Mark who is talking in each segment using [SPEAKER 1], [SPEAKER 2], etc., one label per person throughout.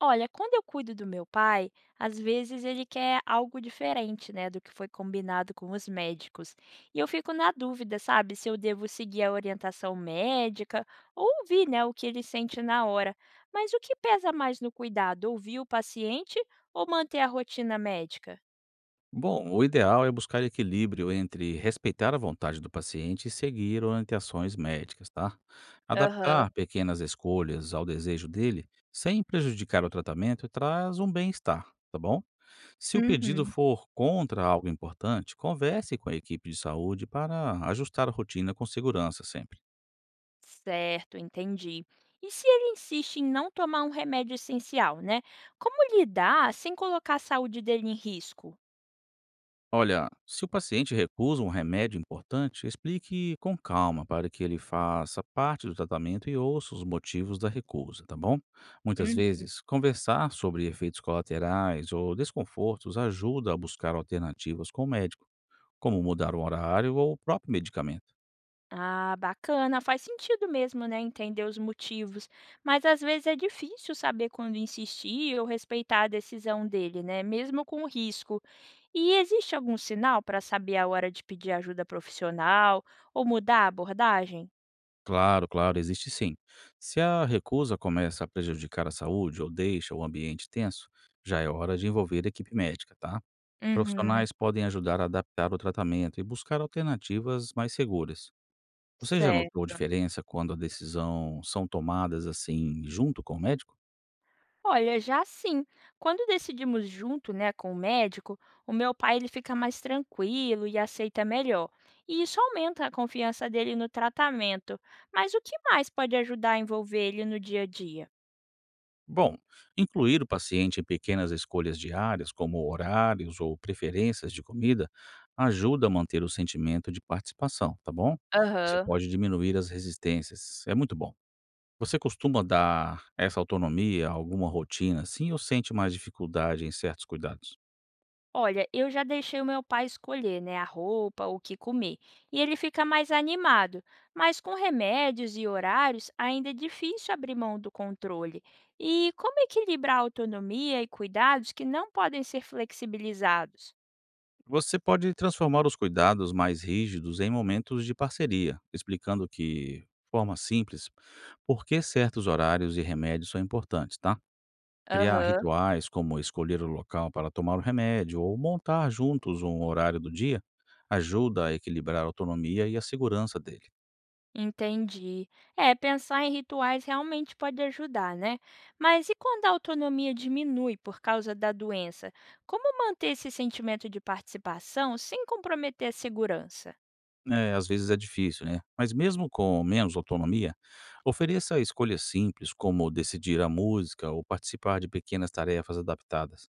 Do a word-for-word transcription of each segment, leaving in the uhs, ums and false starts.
[SPEAKER 1] Olha, quando eu cuido do meu pai, às vezes ele quer algo diferente, né, do que foi combinado com os médicos. E eu fico na dúvida, sabe, se eu devo seguir a orientação médica ou ouvir, né, o que ele sente na hora. Mas o que pesa mais no cuidado, ouvir o paciente ou manter a rotina médica?
[SPEAKER 2] Bom, o ideal é buscar equilíbrio entre respeitar a vontade do paciente e seguir orientações médicas, tá?
[SPEAKER 1] Aham.
[SPEAKER 2] Adaptar pequenas escolhas ao desejo dele, sem prejudicar o tratamento, traz um bem-estar, tá bom? Se o pedido
[SPEAKER 1] Uhum.
[SPEAKER 2] for contra algo importante, converse com a equipe de saúde para ajustar a rotina com segurança sempre.
[SPEAKER 1] Certo, entendi. E se ele insiste em não tomar um remédio essencial, né? Como lidar sem colocar a saúde dele em risco?
[SPEAKER 2] Olha, se o paciente recusa um remédio importante, explique com calma para que ele faça parte do tratamento e ouça os motivos da recusa, tá bom? Muitas vezes, conversar sobre efeitos colaterais ou desconfortos ajuda a buscar alternativas com o médico, como mudar o horário ou o próprio medicamento.
[SPEAKER 1] Ah, bacana, faz sentido mesmo, né, entender os motivos, mas às vezes é difícil saber quando insistir ou respeitar a decisão dele, né, mesmo com o risco. E existe algum sinal para saber a hora de pedir ajuda profissional ou mudar a abordagem?
[SPEAKER 2] Claro, claro, existe sim. Se a recusa começa a prejudicar a saúde ou deixa o ambiente tenso, já é hora de envolver a equipe médica, tá?
[SPEAKER 1] Uhum,
[SPEAKER 2] Profissionais podem ajudar a adaptar o tratamento e buscar alternativas mais seguras. Você já notou
[SPEAKER 1] certo.
[SPEAKER 2] diferença quando a decisão são tomadas assim, junto com o médico?
[SPEAKER 1] Olha, já sim. Quando decidimos junto, né, com o médico, o meu pai ele fica mais tranquilo e aceita melhor. E isso aumenta a confiança dele no tratamento. Mas o que mais pode ajudar a envolver ele no dia a dia?
[SPEAKER 2] Bom, incluir o paciente em pequenas escolhas diárias, como horários ou preferências de comida, ajuda a manter o sentimento de participação, tá bom? Isso
[SPEAKER 1] Aham.
[SPEAKER 2] pode diminuir as resistências. É muito bom. Você costuma dar essa autonomia a alguma rotina assim ou sente mais dificuldade em certos cuidados?
[SPEAKER 1] Olha, eu já deixei o meu pai escolher, né, a roupa, o que comer. E ele fica mais animado, mas com remédios e horários ainda é difícil abrir mão do controle. E como equilibrar autonomia e cuidados que não podem ser flexibilizados?
[SPEAKER 2] Você pode transformar os cuidados mais rígidos em momentos de parceria, explicando que, de forma simples, por que certos horários e remédios são importantes, tá? Criar
[SPEAKER 1] Aham,
[SPEAKER 2] rituais como escolher o local para tomar o remédio ou montar juntos um horário do dia ajuda a equilibrar a autonomia e a segurança dele.
[SPEAKER 1] entendi. É, pensar em rituais realmente pode ajudar, né? Mas e quando a autonomia diminui por causa da doença? Como manter esse sentimento de participação sem comprometer a segurança?
[SPEAKER 2] É, às vezes é difícil, né? Mas mesmo com menos autonomia, ofereça escolhas simples como decidir a música ou participar de pequenas tarefas adaptadas.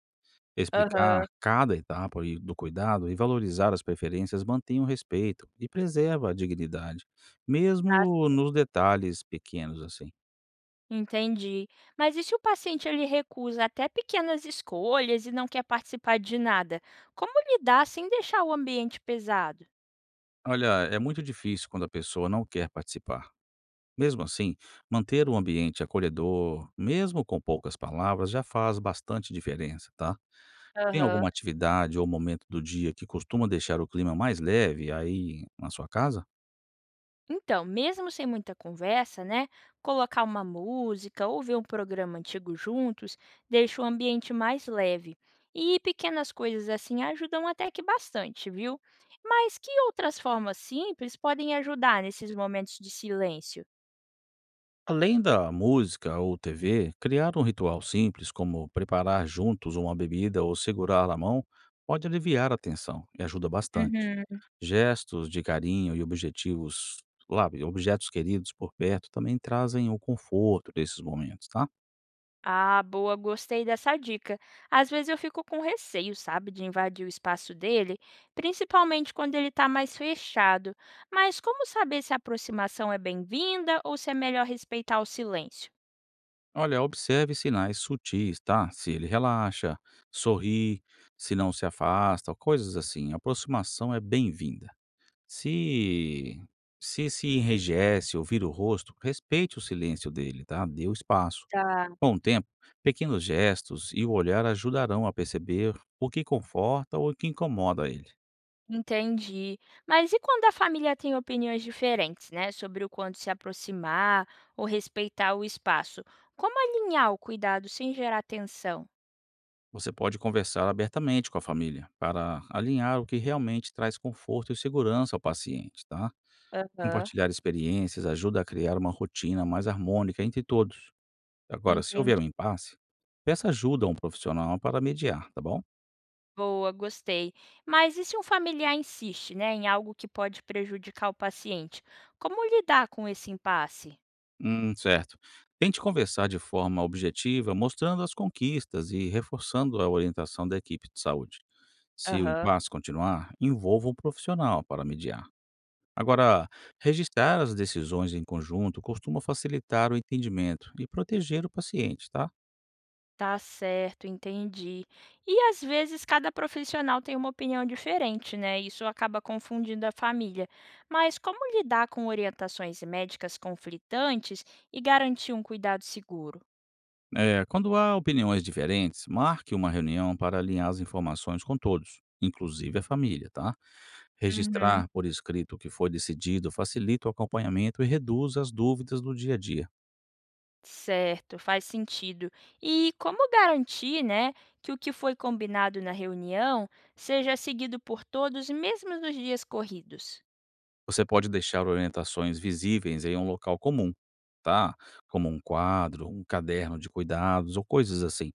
[SPEAKER 2] Explicar
[SPEAKER 1] Aham,
[SPEAKER 2] cada etapa e do cuidado e valorizar as preferências mantém o respeito e preserva a dignidade,
[SPEAKER 1] tá.
[SPEAKER 2] mesmo nos detalhes pequenos, assim.
[SPEAKER 1] Entendi. Mas e se o paciente ele recusa até pequenas escolhas e não quer participar de nada? Como lidar sem deixar o ambiente pesado?
[SPEAKER 2] Olha, é muito difícil quando a pessoa não quer participar. Mesmo assim, manter um ambiente acolhedor, mesmo com poucas palavras, já faz bastante diferença, tá? Tem
[SPEAKER 1] Aham.
[SPEAKER 2] alguma atividade ou momento do dia que costuma deixar o clima mais leve aí na sua casa?
[SPEAKER 1] Então, mesmo sem muita conversa, né? Colocar uma música ou ver um programa antigo juntos deixa o ambiente mais leve. E pequenas coisas assim ajudam até que bastante, viu? Mas que outras formas simples podem ajudar nesses momentos de silêncio?
[SPEAKER 2] Além da música ou T V, criar um ritual simples, como preparar juntos uma bebida ou segurar a mão, pode aliviar a tensão e ajuda bastante.
[SPEAKER 1] Uhum.
[SPEAKER 2] Gestos de carinho e objetivos, lá, objetos queridos por perto também trazem o conforto desses momentos, tá?
[SPEAKER 1] Ah, boa, gostei dessa dica. Às vezes eu fico com receio, sabe, de invadir o espaço dele, principalmente quando ele está mais fechado. Mas como saber se a aproximação é bem-vinda ou se é melhor respeitar o silêncio?
[SPEAKER 2] Olha, observe sinais sutis, tá? Se ele relaxa, sorri, se não se afasta, coisas assim. A aproximação é bem-vinda. Se se se enrijece ou vira o rosto, respeite o silêncio dele, tá? Dê o espaço.
[SPEAKER 1] Tá,
[SPEAKER 2] Com o tempo, pequenos gestos e o olhar ajudarão a perceber o que conforta ou o que incomoda ele.
[SPEAKER 1] entendi. Mas e quando a família tem opiniões diferentes, né, sobre o quanto se aproximar ou respeitar o espaço? Como alinhar o cuidado sem gerar tensão?
[SPEAKER 2] Você pode conversar abertamente com a família para alinhar o que realmente traz conforto e segurança ao paciente, tá?
[SPEAKER 1] Aham,
[SPEAKER 2] Compartilhar experiências ajuda a criar uma rotina mais harmônica entre todos. Agora, se houver
[SPEAKER 1] entendi.
[SPEAKER 2] um impasse, peça ajuda a um profissional para mediar, tá bom?
[SPEAKER 1] Boa, gostei. Mas e se um familiar insiste, né, em algo que pode prejudicar o paciente? Como lidar com esse impasse?
[SPEAKER 2] Hum, certo. Tente conversar de forma objetiva, mostrando as conquistas e reforçando a orientação da equipe de saúde. Se o
[SPEAKER 1] Aham,
[SPEAKER 2] impasse continuar, envolva um profissional para mediar. Agora, registrar as decisões em conjunto costuma facilitar o entendimento e proteger o paciente, tá?
[SPEAKER 1] tá certo, entendi. E às vezes cada profissional tem uma opinião diferente, né? Isso acaba confundindo a família. Mas como lidar com orientações médicas conflitantes e garantir um cuidado seguro?
[SPEAKER 2] É, quando há opiniões diferentes, marque uma reunião para alinhar as informações com todos, inclusive a família, tá?
[SPEAKER 1] Uhum.
[SPEAKER 2] Registrar por escrito o que foi decidido facilita o acompanhamento e reduz as dúvidas do dia a dia.
[SPEAKER 1] Certo, faz sentido. E como garantir, né, que o que foi combinado na reunião seja seguido por todos, mesmo nos dias corridos?
[SPEAKER 2] Você pode deixar orientações visíveis em um local comum, tá? Como um quadro, um caderno de cuidados ou coisas assim.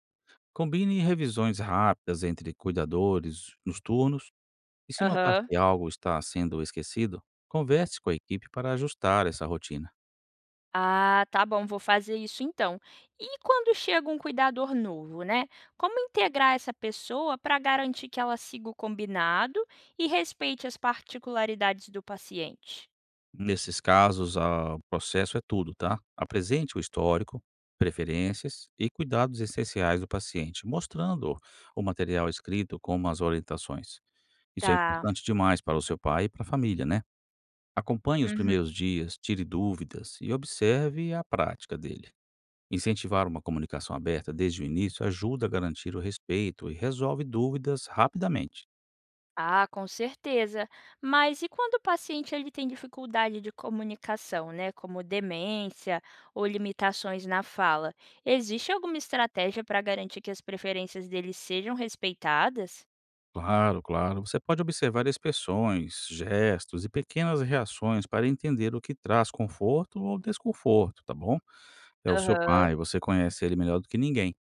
[SPEAKER 2] Combine revisões rápidas entre cuidadores nos turnos e se notar
[SPEAKER 1] Aham.
[SPEAKER 2] que algo está sendo esquecido, converse com a equipe para ajustar essa rotina.
[SPEAKER 1] Ah, tá bom, vou fazer isso então. E quando chega um cuidador novo, né? Como integrar essa pessoa para garantir que ela siga o combinado e respeite as particularidades do paciente?
[SPEAKER 2] Nesses casos, ah, o processo é tudo, tá? Apresente o histórico, preferências e cuidados essenciais do paciente, mostrando o material escrito como as orientações. Isso é
[SPEAKER 1] Tá.
[SPEAKER 2] importante demais para o seu pai e para a família, né? Acompanhe os primeiros dias, tire dúvidas e observe a prática dele. Incentivar uma comunicação aberta desde o início ajuda a garantir o respeito e resolve dúvidas rapidamente.
[SPEAKER 1] Ah, com certeza. Mas e quando o paciente ele tem dificuldade de comunicação, né, como demência ou limitações na fala? Existe alguma estratégia para garantir que as preferências dele sejam respeitadas?
[SPEAKER 2] Claro, claro. Você pode observar expressões, gestos e pequenas reações para entender o que traz conforto ou desconforto, tá bom? É o seu
[SPEAKER 1] Aham,
[SPEAKER 2] pai, você conhece ele melhor do que ninguém.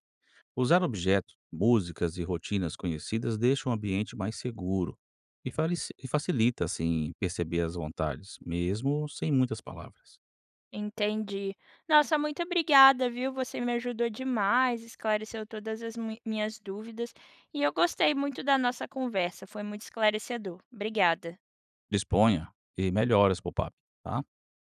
[SPEAKER 2] Usar objetos, músicas e rotinas conhecidas deixa o ambiente mais seguro e falici- e facilita, assim, perceber as vontades, mesmo sem muitas palavras.
[SPEAKER 1] entendi. Nossa, muito obrigada, viu? Você me ajudou demais, esclareceu todas as mui- minhas dúvidas e eu gostei muito da nossa conversa, foi muito esclarecedor. Obrigada.
[SPEAKER 2] Disponha e melhore as pop-up, tá?